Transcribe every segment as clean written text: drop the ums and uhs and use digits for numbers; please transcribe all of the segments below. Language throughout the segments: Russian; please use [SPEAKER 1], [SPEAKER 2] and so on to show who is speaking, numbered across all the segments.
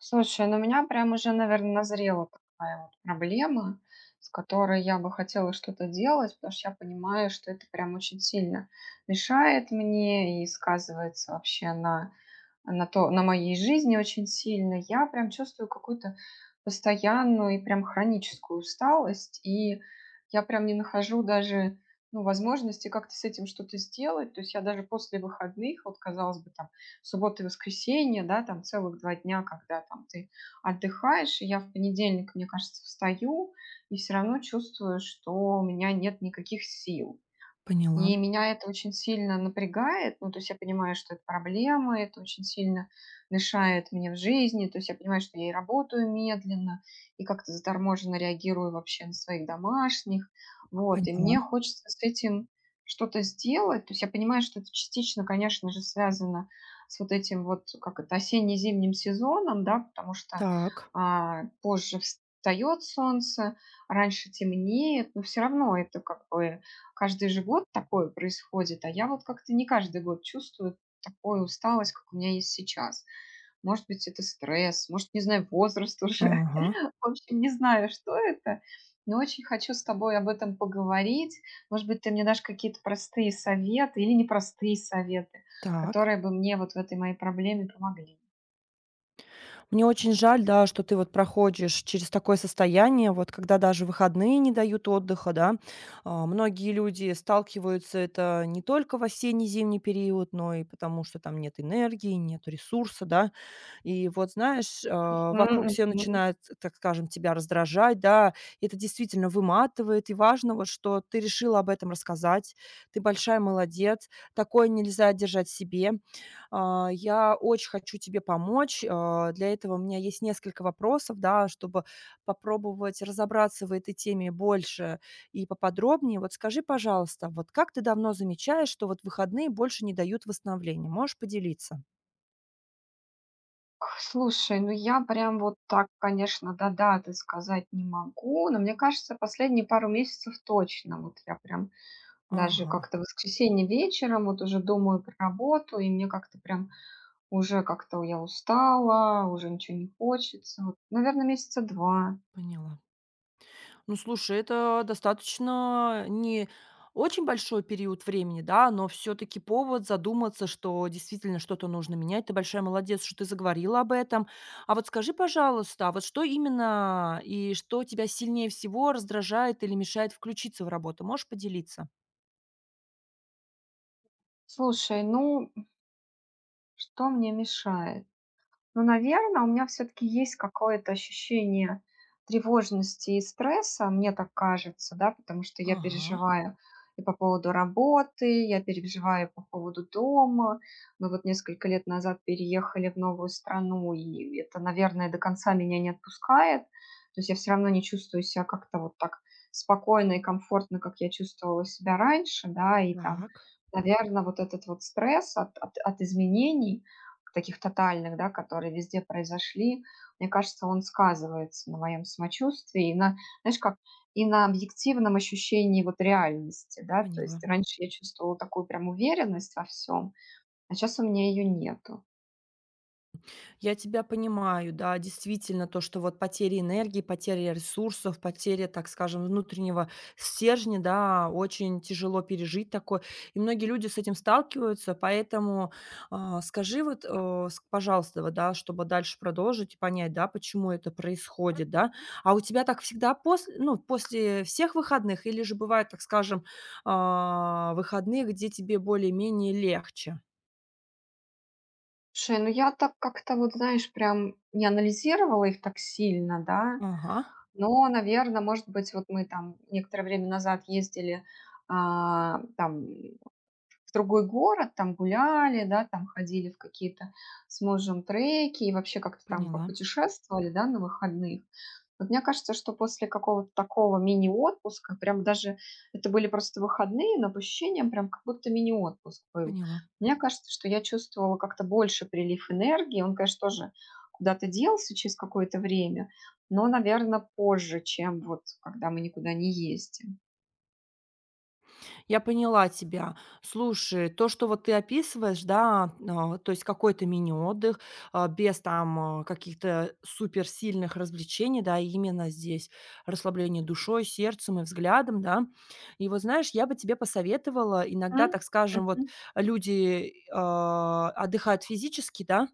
[SPEAKER 1] Слушай, ну у меня прям уже, наверное, назрела такая вот проблема, с которой я бы хотела что-то делать, потому что я понимаю, что это прям очень сильно мешает мне и сказывается вообще на моей жизни очень сильно, я прям чувствую какую-то постоянную и прям хроническую усталость, и я прям не нахожу даже, ну, возможности как-то с этим что-то сделать. То есть я даже после выходных, вот, казалось бы, там, суббота и воскресенье, да, там целых 2 дня, когда там ты отдыхаешь, и я в понедельник, мне кажется, встаю, и все равно чувствую, что у меня нет никаких сил.
[SPEAKER 2] Поняла,
[SPEAKER 1] И меня это очень сильно напрягает. Ну, то есть я понимаю, что это проблема, это очень сильно мешает мне в жизни. То есть я понимаю, что я и работаю медленно, и как-то заторможенно реагирую вообще на своих домашних. Вот, и
[SPEAKER 2] поняла.
[SPEAKER 1] мне хочется с этим что-то сделать. То есть я понимаю, что это частично, конечно же, связано с вот этим вот, как это, осенне-зимним сезоном, да, потому что
[SPEAKER 2] Так.
[SPEAKER 1] позже встает солнце, раньше темнеет, но все равно это как бы каждый же год такое происходит, а я вот как-то не каждый год чувствую такую усталость, как у меня есть сейчас. Может быть, это стресс, может, не знаю, возраст уже.
[SPEAKER 2] Ага.
[SPEAKER 1] В общем, не знаю, что это. Но очень хочу с тобой об этом поговорить. Может быть, ты мне дашь какие-то простые советы или непростые советы,
[SPEAKER 2] Так.
[SPEAKER 1] которые бы мне вот в этой моей проблеме помогли.
[SPEAKER 2] Мне очень жаль, да, что ты вот проходишь через такое состояние, вот когда даже выходные не дают отдыха, да. А, многие люди сталкиваются это не только в осенне-зимний период, но и потому, что там нет энергии, нет ресурса, да. И вот, знаешь, а, вокруг
[SPEAKER 1] Мгм,
[SPEAKER 2] все
[SPEAKER 1] мгм.
[SPEAKER 2] начинают, так скажем, тебя раздражать, да. И это действительно выматывает, и важно вот, что ты решила об этом рассказать, ты большая молодец, такое нельзя держать себе. А, я очень хочу тебе помочь. А, для этого у меня есть несколько вопросов, да, чтобы попробовать разобраться в этой теме больше и поподробнее. Вот скажи, пожалуйста, вот как ты давно замечаешь, что вот выходные больше не дают восстановления? Можешь поделиться?
[SPEAKER 1] Слушай, ну я прям вот так, конечно, до даты сказать не могу, но мне кажется, последние пару месяцев точно. Вот я прям даже
[SPEAKER 2] Ага,
[SPEAKER 1] как-то в воскресенье вечером вот уже думаю про работу, и мне как-то прям уже как-то я устала, уже ничего не хочется. Вот, наверное, месяца два.
[SPEAKER 2] поняла. Ну, слушай, это достаточно не очень большой период времени, да, но все-таки повод задуматься, что действительно что-то нужно менять. Ты большая молодец, что ты заговорила об этом. А вот скажи, пожалуйста, а вот что именно и что тебя сильнее всего раздражает или мешает включиться в работу? Можешь поделиться?
[SPEAKER 1] Слушай, ну что мне мешает? Но, наверное, у меня все таки есть какое-то ощущение тревожности и стресса, мне так кажется, да, потому что я
[SPEAKER 2] Ага.
[SPEAKER 1] переживаю и по поводу работы, я переживаю по поводу дома. Мы вот несколько лет назад переехали в новую страну, и это, наверное, до конца меня не отпускает. То есть я все равно не чувствую себя как-то вот так спокойно и комфортно, как я чувствовала себя раньше, да. И там,
[SPEAKER 2] Так.
[SPEAKER 1] наверное, вот этот вот стресс от изменений, таких тотальных, да, которые везде произошли, мне кажется, он сказывается на моем самочувствии и на, знаешь, как и на объективном ощущении вот реальности, да, то
[SPEAKER 2] Поняла.
[SPEAKER 1] есть раньше я чувствовала такую прям уверенность во всем, а сейчас у меня ее нету.
[SPEAKER 2] Я тебя понимаю, да, действительно, то, что вот потеря энергии, потеря ресурсов, потеря, так скажем, внутреннего стержня, да, очень тяжело пережить такое. И многие люди с этим сталкиваются, поэтому а, скажи вот, пожалуйста, вот, да, чтобы дальше продолжить и понять, да, почему это происходит, да. А у тебя так всегда после, ну, после всех выходных или же бывают, так скажем, а, выходные, где тебе более-менее легче?
[SPEAKER 1] Слушай, ну я так как-то вот, знаешь, прям не анализировала их так сильно, да,
[SPEAKER 2] Ага,
[SPEAKER 1] но, наверное, может быть, вот мы там некоторое время назад ездили там в другой город, там гуляли, да, там ходили в какие-то с мужем треки и вообще как-то там
[SPEAKER 2] поняла,
[SPEAKER 1] попутешествовали, да, на выходных. Вот мне кажется, что после какого-то такого мини-отпуска, прям даже это были просто выходные, но по ощущениям прям как будто мини-отпуск был.
[SPEAKER 2] поняла.
[SPEAKER 1] Мне кажется, что я чувствовала как-то больше прилив энергии. Он, конечно, тоже куда-то делся через какое-то время, но, наверное, позже, чем вот когда мы никуда не ездим.
[SPEAKER 2] Я поняла тебя. Слушай, то, что вот ты описываешь, да, а, то есть какой-то мини-отдых, а, без там а, каких-то суперсильных развлечений, да, именно здесь расслабление душой, сердцем и взглядом, да. И вот знаешь, я бы тебе посоветовала иногда,
[SPEAKER 1] М,
[SPEAKER 2] так скажем, вот
[SPEAKER 1] мгм.
[SPEAKER 2] люди а, отдыхают физически, да,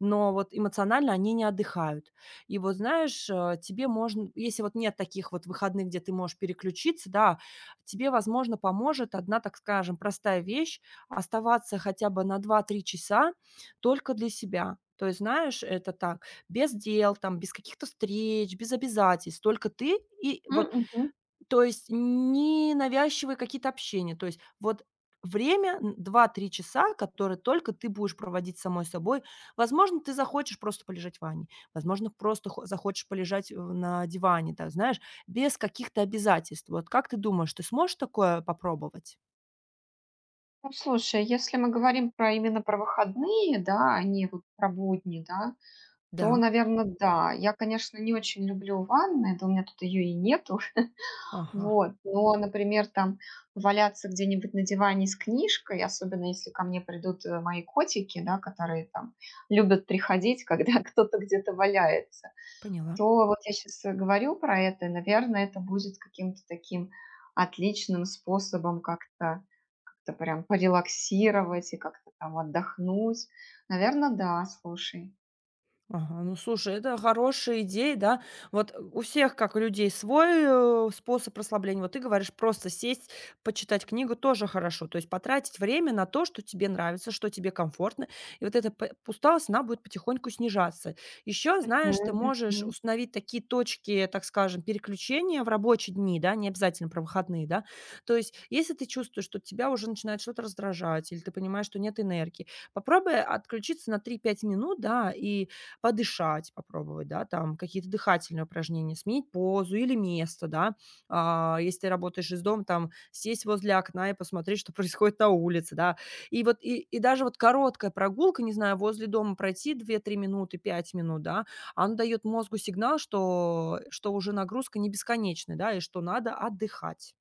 [SPEAKER 2] но вот эмоционально они не отдыхают. И вот знаешь, тебе можно, если вот нет таких вот выходных, где ты можешь переключиться, да, тебе, возможно, поможет одна, так скажем, простая вещь: оставаться хотя бы на два-три часа только для себя. То есть, знаешь, это так, без дел, там, без каких-то встреч, без обязательств. Только ты и
[SPEAKER 1] М,
[SPEAKER 2] вот
[SPEAKER 1] мгм.
[SPEAKER 2] то есть не навязчивые какие-то общения. То есть вот время н 2-3 часа, которые только ты будешь проводить с самой собой. Возможно, ты захочешь просто полежать в ванне, возможно, просто хо захочешь полежать в на диване, так знаешь, без каких-то обязательств. Вот как ты думаешь, ты сможешь такое попробовать?
[SPEAKER 1] Ну, слушай, если мы говорим про именно про выходные, да, а не вот про будни, да,
[SPEAKER 2] Да,
[SPEAKER 1] то, наверное, да. Я, конечно, не очень люблю ванны, да у меня тут ее и нету.
[SPEAKER 2] ага,
[SPEAKER 1] Вот, но, например, там валяться где-нибудь на диване с книжкой, особенно если ко мне придут, мои котики, да, которые там любят приходить, когда кто-то где-то валяется,
[SPEAKER 2] поняла.
[SPEAKER 1] то вот я сейчас говорю про это, и, наверное, это будет каким-то таким отличным способом как-то прям порелаксировать и как-то там отдохнуть. Наверное, да, слушай.
[SPEAKER 2] Ага, ну слушай, это хорошая идея, да. Вот у всех, как у людей, свой способ расслабления. Вот ты говоришь, просто сесть, почитать книгу тоже хорошо. То есть потратить время на то, что тебе нравится, что тебе комфортно. И вот эта усталость, она будет потихоньку снижаться. Еще, знаешь, ты
[SPEAKER 1] Мгм,
[SPEAKER 2] можешь
[SPEAKER 1] мгм.
[SPEAKER 2] установить такие точки, так скажем, переключения в рабочие дни, да, не обязательно про выходные, да. То есть если ты чувствуешь, что тебя уже начинает что-то раздражать, или ты понимаешь, что нет энергии, попробуй отключиться на три-пять минут, да, и подышать, попробовать, да, там какие-то дыхательные упражнения, сменить позу или место, да. А, если ты работаешь из дома, там сесть возле окна и посмотреть, что происходит на улице, да. И вот и даже вот короткая прогулка, не знаю, возле дома пройти две-три минуты, 5 минут, да, она дает мозгу сигнал, что уже нагрузка не бесконечная, да, и что надо отдыхать.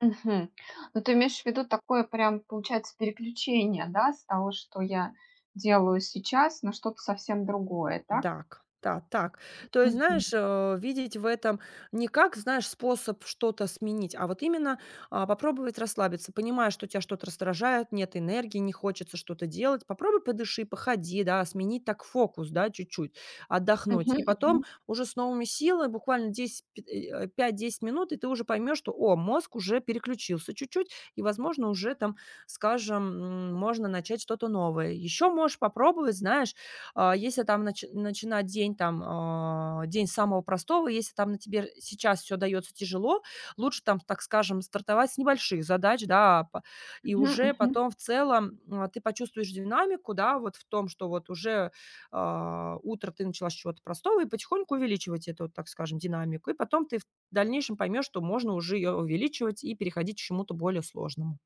[SPEAKER 1] Мгм. Ну, ты имеешь в виду такое прям, получается, переключение, да, с того, что я делаю сейчас, на что-то совсем другое, так?
[SPEAKER 2] Дак. Да, так. То есть,
[SPEAKER 1] Мгм.
[SPEAKER 2] знаешь, видеть в этом не как, знаешь, способ что-то сменить, а вот именно, а, попробовать расслабиться, понимая, что тебя что-то раздражает, нет энергии, не хочется что-то делать. Попробуй подыши, походи, да, сменить так фокус, да, чуть-чуть, отдохнуть.
[SPEAKER 1] Мгм,
[SPEAKER 2] И
[SPEAKER 1] мгм,
[SPEAKER 2] потом уже с новыми силами, буквально 5-10 минут, и ты уже поймешь, что, о, мозг уже переключился чуть-чуть, и, возможно, уже там, скажем, можно начать что-то новое. Еще можешь попробовать, знаешь, а, если там начинать день там, а, день самого простого, если там на тебе сейчас все дается тяжело, лучше там, так скажем, стартовать с небольших задач, да, па и
[SPEAKER 1] мгм,
[SPEAKER 2] уже
[SPEAKER 1] мгм.
[SPEAKER 2] потом в целом, ты почувствуешь динамику, да, вот в том, что вот уже, а, утро ты начала с чего-то простого и потихоньку увеличивать эту, так скажем, динамику. И потом ты в дальнейшем поймешь, что можно уже ее увеличивать и переходить к чему-то более сложному.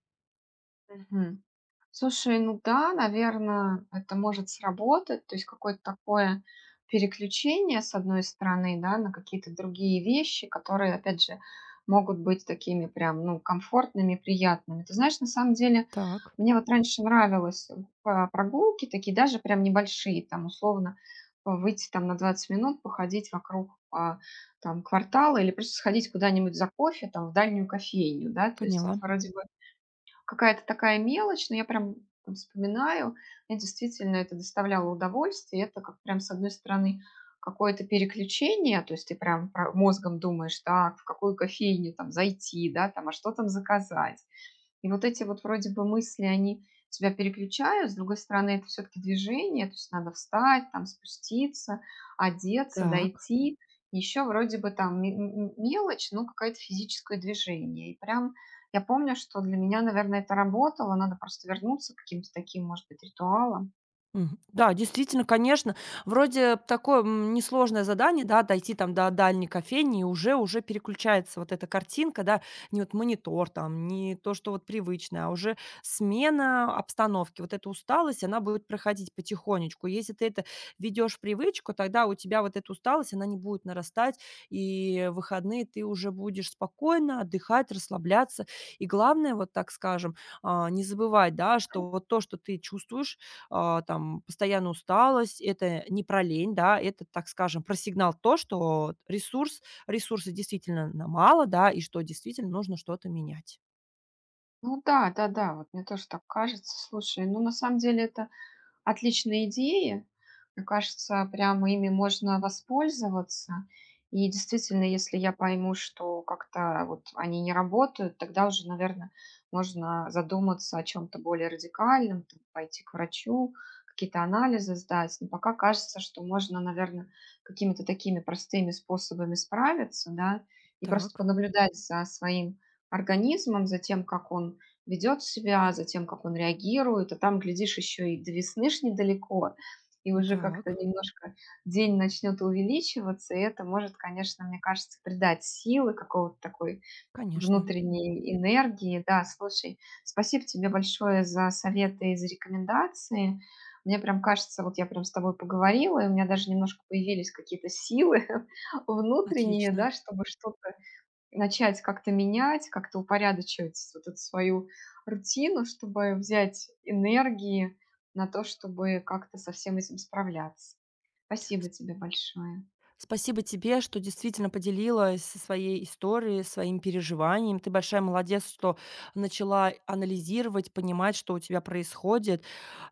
[SPEAKER 1] Мгм. Слушай, ну да, наверное, это может сработать. То есть какое-то такое переключение, с одной стороны, да, на какие-то другие вещи, которые, опять же, могут быть такими прям, ну, комфортными, приятными. Ты знаешь, на самом деле,
[SPEAKER 2] Так,
[SPEAKER 1] мне вот раньше нравилось, по прогулки такие, даже прям небольшие, там, условно, а, выйти там на 20 минут, походить вокруг, там, квартала или просто сходить куда-нибудь за кофе, там, в дальнюю кофейню, да. То есть это
[SPEAKER 2] поняла.
[SPEAKER 1] вроде бы какая-то такая мелочь, но я прям там вспоминаю, мне действительно это доставляло удовольствие. Это как прям, с одной стороны, какое-то переключение, то есть ты прям мозгом думаешь, так, в какую кофейню там зайти, да, там, а что там заказать. И вот эти вот вроде бы мысли, они тебя переключают, с другой стороны, это все-таки движение, то есть надо встать, там спуститься, одеться,
[SPEAKER 2] Так.
[SPEAKER 1] дойти. Еще вроде бы там мелочь, но какое-то физическое движение. И прям я помню, что для меня, наверное, это работало, надо просто вернуться к каким-то таким, может быть, ритуалам.
[SPEAKER 2] Мгм. Да, действительно, конечно, вроде б такое, несложное задание, да, дойти там до дальней кофейни, и уже переключается вот эта картинка, да. Не вот монитор там, не то, что вот привычное, а уже смена обстановки. Вот эта усталость, она будет проходить потихонечку. Если ты это ведешь в привычку, тогда у тебя вот эта усталость, она не будет нарастать, и в выходные ты уже будешь спокойно отдыхать, расслабляться. И главное, вот так скажем, а, не забывать, да, что вот то, что ты чувствуешь, а, там постоянно усталость. Это не про лень, да, это, так скажем, про сигнал то, что ресурс ресурса действительно на мало, да, и что действительно нужно что-то менять.
[SPEAKER 1] Ну да, да, да, вот мне тоже так кажется. Слушай, ну на самом деле это отличные идеи. Мне кажется, прямо ими можно воспользоваться. И действительно, если я пойму, что как-то вот они не работают, тогда уже, наверное, можно задуматься о чем-то более радикальном, там, пойти к врачу, какие-то анализы сдать. Но пока кажется, что можно, наверное, какими-то такими простыми способами справиться, да, и просто
[SPEAKER 2] Так,
[SPEAKER 1] понаблюдать за своим организмом, за тем, как он ведет себя, за тем, как он реагирует, а там, глядишь, еще и до весны ж недалеко, и уже как-то
[SPEAKER 2] так,
[SPEAKER 1] немножко день начнет увеличиваться, и это может, конечно, мне кажется, придать силы, какого-то такой
[SPEAKER 2] конечно.
[SPEAKER 1] внутренней энергии. Да, слушай, спасибо тебе большое за советы и за рекомендации. Мне прям кажется, вот я прям с тобой поговорила, и у меня даже немножко появились какие-то силы внутренние, да,
[SPEAKER 2] Отлично.
[SPEAKER 1] чтобы что-то начать как-то менять, как-то упорядочивать вот эту свою рутину, чтобы взять энергии на то, чтобы как-то со всем этим справляться. Спасибо тебе большое.
[SPEAKER 2] Спасибо тебе, что действительно поделилась со своей историей, своим переживанием. Ты большая молодец, что начала анализировать, понимать, что у тебя происходит.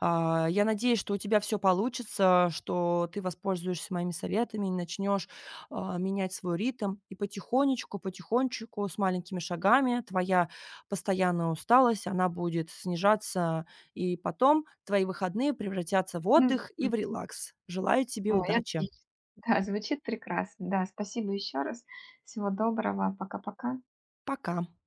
[SPEAKER 2] А, я надеюсь, что у тебя все получится, что ты воспользуешься моими советами начнешь, а, менять свой ритм. И потихонечку, потихонечку, с маленькими шагами твоя постоянная усталость, она будет снижаться, и потом твои выходные превратятся в
[SPEAKER 1] М,
[SPEAKER 2] отдых и в
[SPEAKER 1] м.
[SPEAKER 2] релакс. Желаю тебе
[SPEAKER 1] Ой,
[SPEAKER 2] удачи.
[SPEAKER 1] отлично. Да, звучит прекрасно. Да, спасибо еще раз. Всего доброго. Пока-пока.
[SPEAKER 2] Пока.